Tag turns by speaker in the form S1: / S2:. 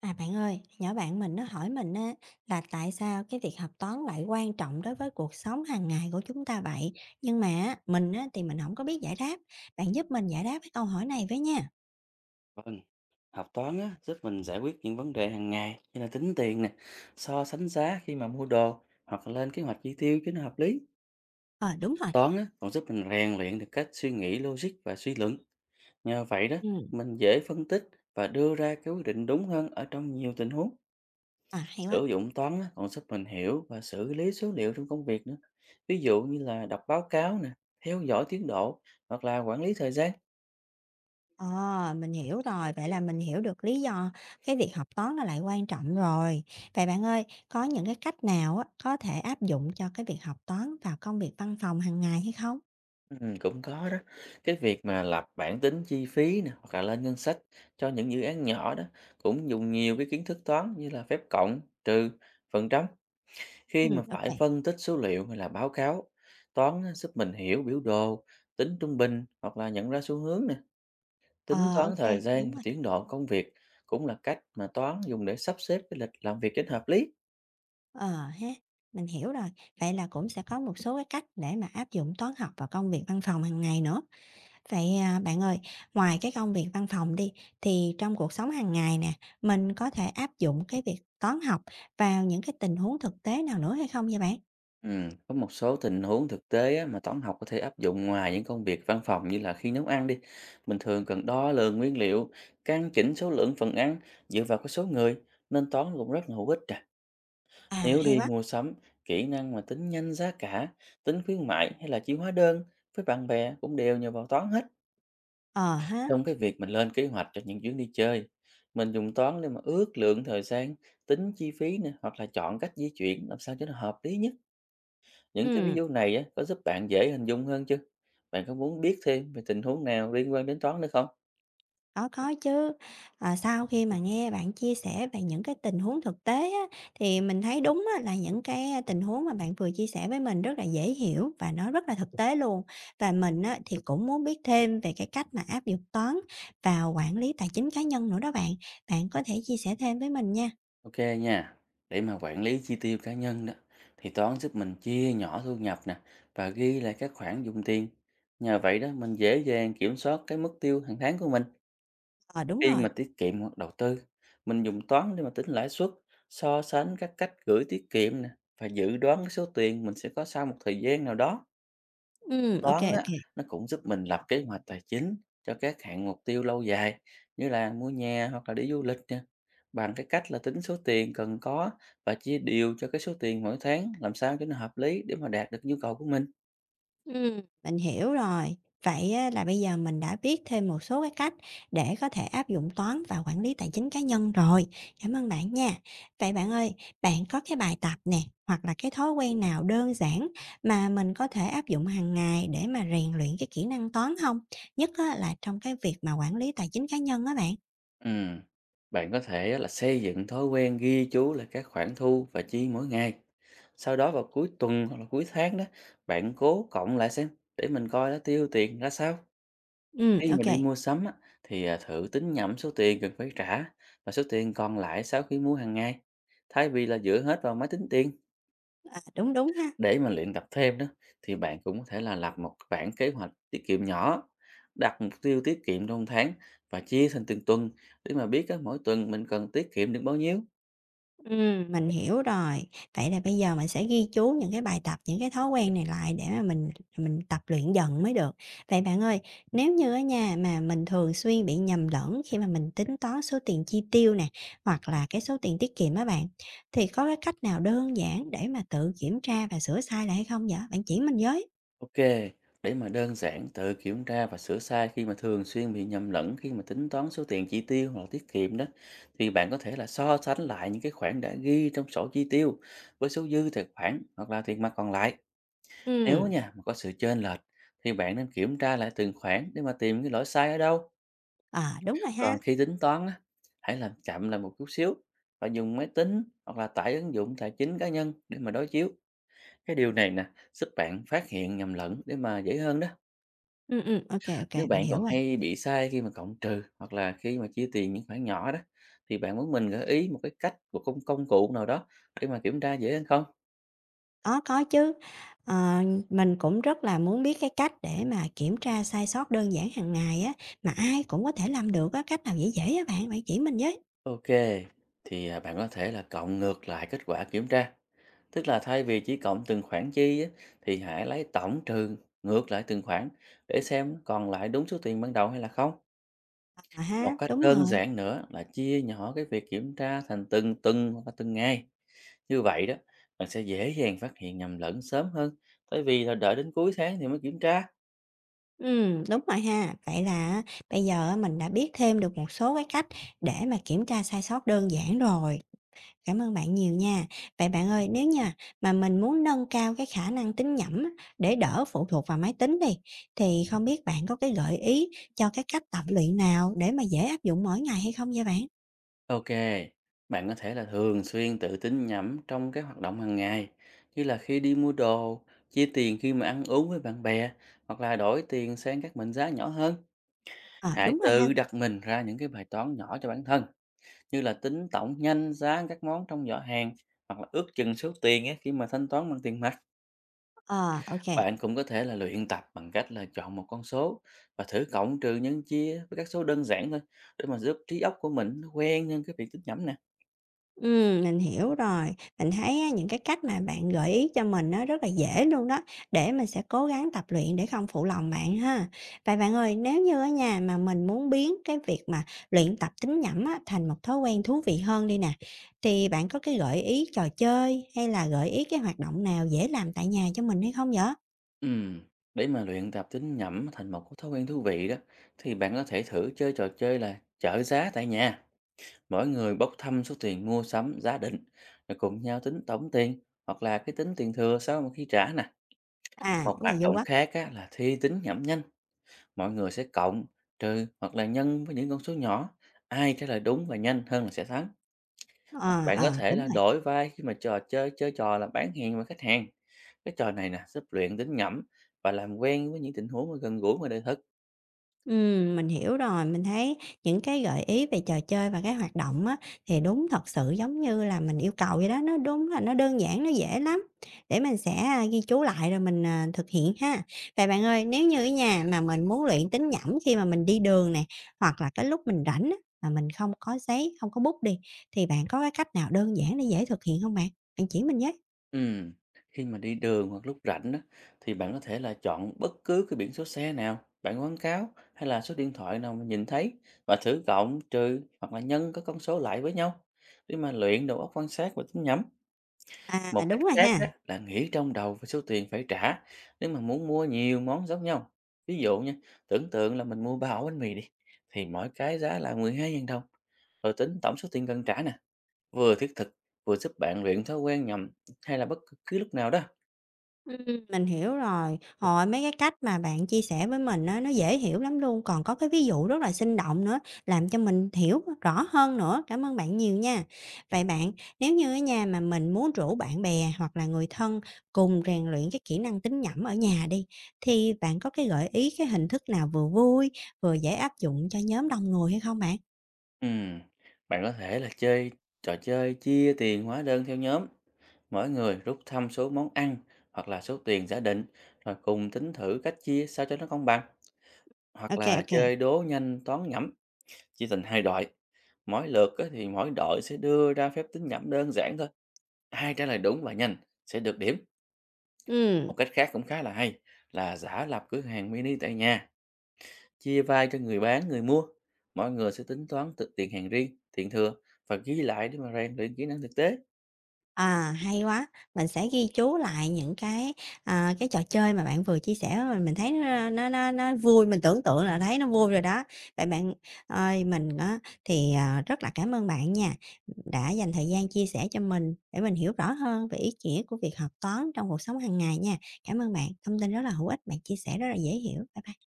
S1: À bạn ơi, nhỏ bạn mình nó hỏi mình á là tại sao cái việc học toán lại quan trọng đối với cuộc sống hàng ngày của chúng ta vậy? Nhưng mà á, mình á thì mình không có biết giải đáp. Bạn giúp mình giải đáp cái câu hỏi này với nha.
S2: Vâng, học toán á, giúp mình giải quyết những vấn đề hàng ngày như là tính tiền nè, so sánh giá khi mà mua đồ hoặc là lên kế hoạch chi tiêu cho nó hợp lý.
S1: Ờ đúng rồi.
S2: Toán á, còn giúp mình rèn luyện được cách suy nghĩ logic và suy luận. Nhờ vậy đó,
S1: Ừ.
S2: mình dễ phân tích và đưa ra cái quyết định đúng hơn ở trong nhiều tình huống.
S1: À hay quá.
S2: Sử dụng toán á, còn giúp mình hiểu và xử lý số liệu trong công việc nữa. Ví dụ như là đọc báo cáo nè, theo dõi tiến độ hoặc là quản lý thời gian.
S1: Ờ mình hiểu rồi, vậy là mình hiểu được lý do cái việc học toán nó lại quan trọng rồi. Vậy bạn ơi, có những cái cách nào á có thể áp dụng cho cái việc học toán vào công việc văn phòng hàng ngày hay không?
S2: Cũng có đó. Cái việc mà lập bảng tính chi phí nè, hoặc là lên ngân sách cho những dự án nhỏ đó cũng dùng nhiều cái kiến thức toán như là phép cộng, trừ, phần trăm
S1: Ừ,
S2: khi mà phải
S1: ok.
S2: phân tích số liệu hay là báo cáo. Toán á, giúp mình hiểu biểu đồ, tính trung bình hoặc là nhận ra xu hướng nè, tính
S1: Ờ,
S2: toán
S1: ok,
S2: thời gian
S1: đúng
S2: và
S1: rồi.
S2: tiến độ công việc cũng là cách mà toán dùng để sắp xếp cái lịch làm việc đến hợp lý.
S1: Ờ ha, mình hiểu rồi. Vậy là cũng sẽ có một số cái cách để mà áp dụng toán học vào công việc văn phòng hàng ngày nữa. Vậy, à, bạn ơi, ngoài cái công việc văn phòng đi, thì trong cuộc sống hàng ngày nè, mình có thể áp dụng cái việc toán học vào những cái tình huống thực tế nào nữa hay không vậy bạn?
S2: Có một số tình huống thực tế á, mà toán học có thể áp dụng ngoài những công việc văn phòng như là khi nấu ăn đi. Mình thường cần đo lường nguyên liệu, căn chỉnh số lượng phần ăn dựa vào cái số người, nên toán cũng rất là hữu ích à.
S1: À,
S2: Nếu
S1: hay
S2: đi
S1: quá.
S2: mua sắm, kỹ năng mà tính nhanh giá cả, tính khuyến mại hay là chịu hóa đơn với bạn bè cũng đều nhờ vào toán hết.
S1: Ờ ha.
S2: Trong cái việc mình lên kế hoạch cho những chuyến đi chơi, mình dùng toán để mà ước lượng thời gian, tính chi phí nè, hoặc là chọn cách di chuyển làm sao cho nó hợp lý nhất. Những cái ví
S1: Ừ.
S2: dụ này á, có giúp bạn dễ hình dung hơn chưa? Bạn có muốn biết thêm về tình huống nào liên quan đến toán nữa không?
S1: Có chứ. Ờ, sau khi mà nghe bạn chia sẻ về những cái tình huống thực tế á, thì mình thấy đúng á, là những cái tình huống mà bạn vừa chia sẻ với mình rất là dễ hiểu và nó rất là thực tế luôn. Và mình á, thì cũng muốn biết thêm về cái cách mà áp dụng toán vào quản lý tài chính cá nhân nữa đó bạn. Bạn có thể chia sẻ thêm với mình nha.
S2: Ok nha, để mà quản lý chi tiêu cá nhân đó, thì toán giúp mình chia nhỏ thu nhập nè và ghi lại các khoản dùng tiền. Nhờ vậy đó, mình dễ dàng kiểm soát cái mức tiêu hàng tháng của mình.
S1: Ờ, đúng
S2: Khi
S1: rồi.
S2: mà tiết kiệm hoặc đầu tư, mình dùng toán để mà tính lãi suất, so sánh các cách gửi tiết kiệm nè và dự đoán cái số tiền mình sẽ có sau một thời gian nào đó.
S1: Ok,
S2: Toán
S1: ok.
S2: á, nó cũng giúp mình lập kế hoạch tài chính cho các hạng mục tiêu lâu dài, như là mua nhà hoặc là đi du lịch nè. Bằng cái cách là tính số tiền cần có và chia đều cho cái số tiền mỗi tháng làm sao cho nó hợp lý để mà đạt được nhu cầu của mình.
S1: Mình hiểu rồi. Vậy á, là bây giờ mình đã biết thêm một số cái cách để có thể áp dụng toán và quản lý tài chính cá nhân rồi. Cảm ơn bạn nha. Vậy bạn ơi, bạn có cái bài tập nè, hoặc là cái thói quen nào đơn giản mà mình có thể áp dụng hàng ngày để mà rèn luyện cái kỹ năng toán không? Nhất á, là trong cái việc mà quản lý tài chính cá nhân á bạn.
S2: Ừm, Bạn có thể á là xây dựng thói quen ghi chú lại các khoản thu và chi mỗi ngày. Sau đó vào cuối tuần hoặc là cuối tháng đó, bạn cố cộng lại xem, để mình coi nó tiêu tiền ra sao. Khi mà
S1: Ok.
S2: đi mua sắm á, thì thử tính nhẩm số tiền cần phải trả và số tiền còn lại sau khi mua hàng ngày. Thay vì là dựa hết vào máy tính tiền
S1: À, đúng, đúng ha.
S2: để mà luyện tập thêm đó, thì bạn cũng có thể là lập một bản kế hoạch tiết kiệm nhỏ, đặt mục tiêu tiết kiệm trong tháng và chia thành từng tuần để mà biết á, mỗi tuần mình cần tiết kiệm được bao nhiêu.
S1: Mình hiểu rồi. Vậy là bây giờ mình sẽ ghi chú những cái bài tập, những cái thói quen này lại để mà mình tập luyện dần mới được. Vậy bạn ơi, nếu như ở nhà mà mình thường xuyên bị nhầm lẫn khi mà mình tính toán số tiền chi tiêu nè, hoặc là cái số tiền tiết kiệm á bạn, thì có cái cách nào đơn giản để mà tự kiểm tra và sửa sai lại hay không vậy? Bạn chỉ mình với.
S2: Ok, để mà đơn giản tự kiểm tra và sửa sai khi mà thường xuyên bị nhầm lẫn khi mà tính toán số tiền chi tiêu hoặc là tiết kiệm đó, thì bạn có thể là so sánh lại những cái khoản đã ghi trong sổ chi tiêu với số dư tài khoản hoặc là tiền mặt còn lại. Nếu
S1: Ừm.
S2: nha mà có sự chênh lệch, thì bạn nên kiểm tra lại từng khoản để mà tìm cái lỗi sai ở đâu.
S1: À, đúng rồi ha.
S2: Còn khi tính toán á, hãy làm chậm lại một chút xíu và dùng máy tính hoặc là tải ứng dụng tài chính cá nhân để mà đối chiếu. Cái điều này nè giúp bạn phát hiện nhầm lẫn để mà dễ hơn đó.
S1: Ô kê,
S2: Nếu
S1: mình
S2: bạn
S1: hiểu
S2: còn
S1: rồi.
S2: hay bị sai khi mà cộng trừ hoặc là khi mà chia tiền những khoản nhỏ đó, thì bạn muốn mình gợi ý một cái cách, một công công cụ nào đó để mà kiểm tra dễ hơn không?
S1: Có chứ. Ờ, mình cũng rất là muốn biết cái cách để mà kiểm tra sai sót đơn giản hàng ngày á, mà ai cũng có thể làm được á, cách nào dễ dễ á bạn, bạn chỉ mình với.
S2: Ok, thì bạn có thể là cộng ngược lại kết quả kiểm tra. Tức là thay vì chỉ cộng từng khoản chi á, thì hãy lấy tổng trừ ngược lại từng khoản để xem còn lại đúng số tiền ban đầu hay là không.
S1: À ha,
S2: Một cách
S1: đúng
S2: đơn
S1: rồi.
S2: giản nữa là chia nhỏ cái việc kiểm tra thành từng tuần hoặc là từng ngày. Như vậy đó, bạn sẽ dễ dàng phát hiện nhầm lẫn sớm hơn, tại vì là đợi đến cuối tháng thì mới kiểm tra.
S1: Đúng rồi ha. Vậy là bây giờ á, mình đã biết thêm được một số cái cách để mà kiểm tra sai sót đơn giản rồi. Cảm ơn bạn nhiều nha. Vậy bạn ơi, nếu nha mà mình muốn nâng cao cái khả năng tính nhẩm á, để đỡ phụ thuộc vào máy tính đi, thì không biết bạn có cái gợi ý cho cái cách tập luyện nào để mà dễ áp dụng mỗi ngày hay không vậy bạn?
S2: Ok, bạn có thể là thường xuyên tự tin nhẩm trong các hoạt động hàng ngày, như là khi đi mua đồ, chia tiền khi mà ăn uống với bạn bè, hoặc là đổi tiền sang các mệnh giá nhỏ hơn.
S1: Ờ,
S2: Hãy
S1: đúng rồi ha.
S2: tự đặt mình ra những cái bài toán nhỏ cho bản thân, như là tính tổng nhanh giá các món trong giỏ hàng, hoặc là ước chừng số tiền á, khi mà thanh toán bằng tiền mặt.
S1: Ờ, OK.
S2: Bạn cũng có thể là luyện tập bằng cách là chọn một con số và thử cộng trừ nhân chia với các số đơn giản thôi, để mà giúp trí óc của mình nó quen hơn cái việc tính nhẩm nè.
S1: Mình hiểu rồi. Mình thấy á, những cái cách mà bạn gợi ý cho mình nó rất là dễ luôn đó, để mình sẽ cố gắng tập luyện để không phụ lòng bạn ha. Vậy bạn ơi, nếu như ở nhà mà mình muốn biến cái việc mà luyện tập tính nhẩm á, thành một thói quen thú vị hơn đi nè, thì bạn có cái gợi ý trò chơi hay là gợi ý cái hoạt động nào dễ làm tại nhà cho mình hay không vậy?
S2: Ừm, Để mà luyện tập tính nhẩm thành một cái thói quen thú vị đó, thì bạn có thể thử chơi trò chơi là chợ giá tại nhà. Mỗi người bốc thăm số tiền mua sắm giá định, rồi cùng nhau tính tổng tiền hoặc là cái tính tiền thừa sau mà khi trả nè.
S1: À,
S2: Một
S1: cái
S2: hoạt
S1: này vui
S2: động
S1: quá.
S2: khác á, là thi tính nhẩm nhanh, mọi người sẽ cộng, trừ hoặc là nhân với những con số nhỏ. Ai trả lời đúng và nhanh hơn là sẽ thắng.
S1: Ờ,
S2: Bạn có
S1: ờ,
S2: thể
S1: đúng
S2: là
S1: rồi.
S2: đổi vai khi mà trò chơi chơi trò là bán hàng và khách hàng. Cái trò này nè giúp luyện tính nhẩm và làm quen với những tình huống mà gần gũi và đời thực.
S1: Mình hiểu rồi, mình thấy những cái gợi ý về trò chơi và cái hoạt động á, thì đúng thật sự giống như là mình yêu cầu vậy đó, nó đúng là nó đơn giản, nó dễ lắm, để mình sẽ, a, ghi chú lại rồi mình, à, thực hiện ha. Vậy bạn ơi, nếu như á nha, mà mình muốn luyện tính nhẩm khi mà mình đi đường nè, hoặc là cái lúc mình rảnh á, mà mình không có giấy, không có bút đi, thì bạn có cái cách nào đơn giản để dễ thực hiện không bạn? Bạn chỉ mình nhé.
S2: Ừm, Khi mà đi đường hoặc lúc rảnh á, thì bạn có thể là chọn bất cứ cái biển số xe nào, bạn quảng cáo hay là số điện thoại nào mà nhìn thấy, và thử cộng, trừ hoặc là nhân các con số lại với nhau để mà luyện đầu óc quan sát và tính nhẩm.
S1: À,
S2: Một cách
S1: đúng rồi
S2: khác đó
S1: ha.
S2: là nghĩ trong đầu về số tiền phải trả nếu mà muốn mua nhiều món giống nhau. Ví dụ nha, tưởng tượng là mình mua 3 ổ bánh mì đi, thì mỗi cái giá là mười hai 000 đồng. Rồi tính tổng số tiền cần trả nè, vừa thiết thực, vừa giúp bạn luyện thói quen nhầm hay là bất cứ lúc nào đó.
S1: Mình hiểu rồi. Hồi, mấy cái cách mà bạn chia sẻ với mình á, nó dễ hiểu lắm luôn, còn có cái ví dụ rất là sinh động nữa, làm cho mình hiểu rõ hơn nữa. Cảm ơn bạn nhiều nha. Vậy bạn, nếu như ở nhà mà mình muốn rủ bạn bè hoặc là người thân cùng rèn luyện cái kỹ năng tính nhẩm ở nhà đi, thì bạn có cái gợi ý cái hình thức nào vừa vui, vừa dễ áp dụng cho nhóm đông người hay không bạn?
S2: Ừm, Bạn có thể là chơi trò chơi chia tiền hóa đơn theo nhóm. Mỗi người rút thăm số món ăn hoặc là số tiền giả định, rồi cùng tính thử cách chia sao cho nó công bằng. Hoặc
S1: Ok,
S2: là
S1: ok. Ừ.
S2: chơi đố nhanh toán nhẩm, chia thành 2 đội. Mỗi lượt á, thì mỗi đội sẽ đưa ra phép tính nhẩm đơn giản thôi, ai trả lời đúng và nhanh sẽ được điểm. Một cách khác cũng khá là hay là giả lập cửa hàng mini tại nhà, chia vai cho người bán người mua. Mọi người sẽ tính toán tự tiền hàng riêng tiền thừa và ghi lại để mà rèn luyện kỹ năng thực tế.
S1: À, hay quá, mình sẽ ghi chú lại những cái, à, cái trò chơi mà bạn vừa chia sẻ mình thấy nó vui, mình tưởng tượng là thấy nó vui rồi đó. Vậy bạn ơi, mình á thì, à, rất là cảm ơn bạn nha, đã dành thời gian chia sẻ cho mình để mình hiểu rõ hơn về ý nghĩa của việc học toán trong cuộc sống hàng ngày nha. Cảm ơn bạn, thông tin rất là hữu ích, bạn chia sẻ rất là dễ hiểu. Bye bye.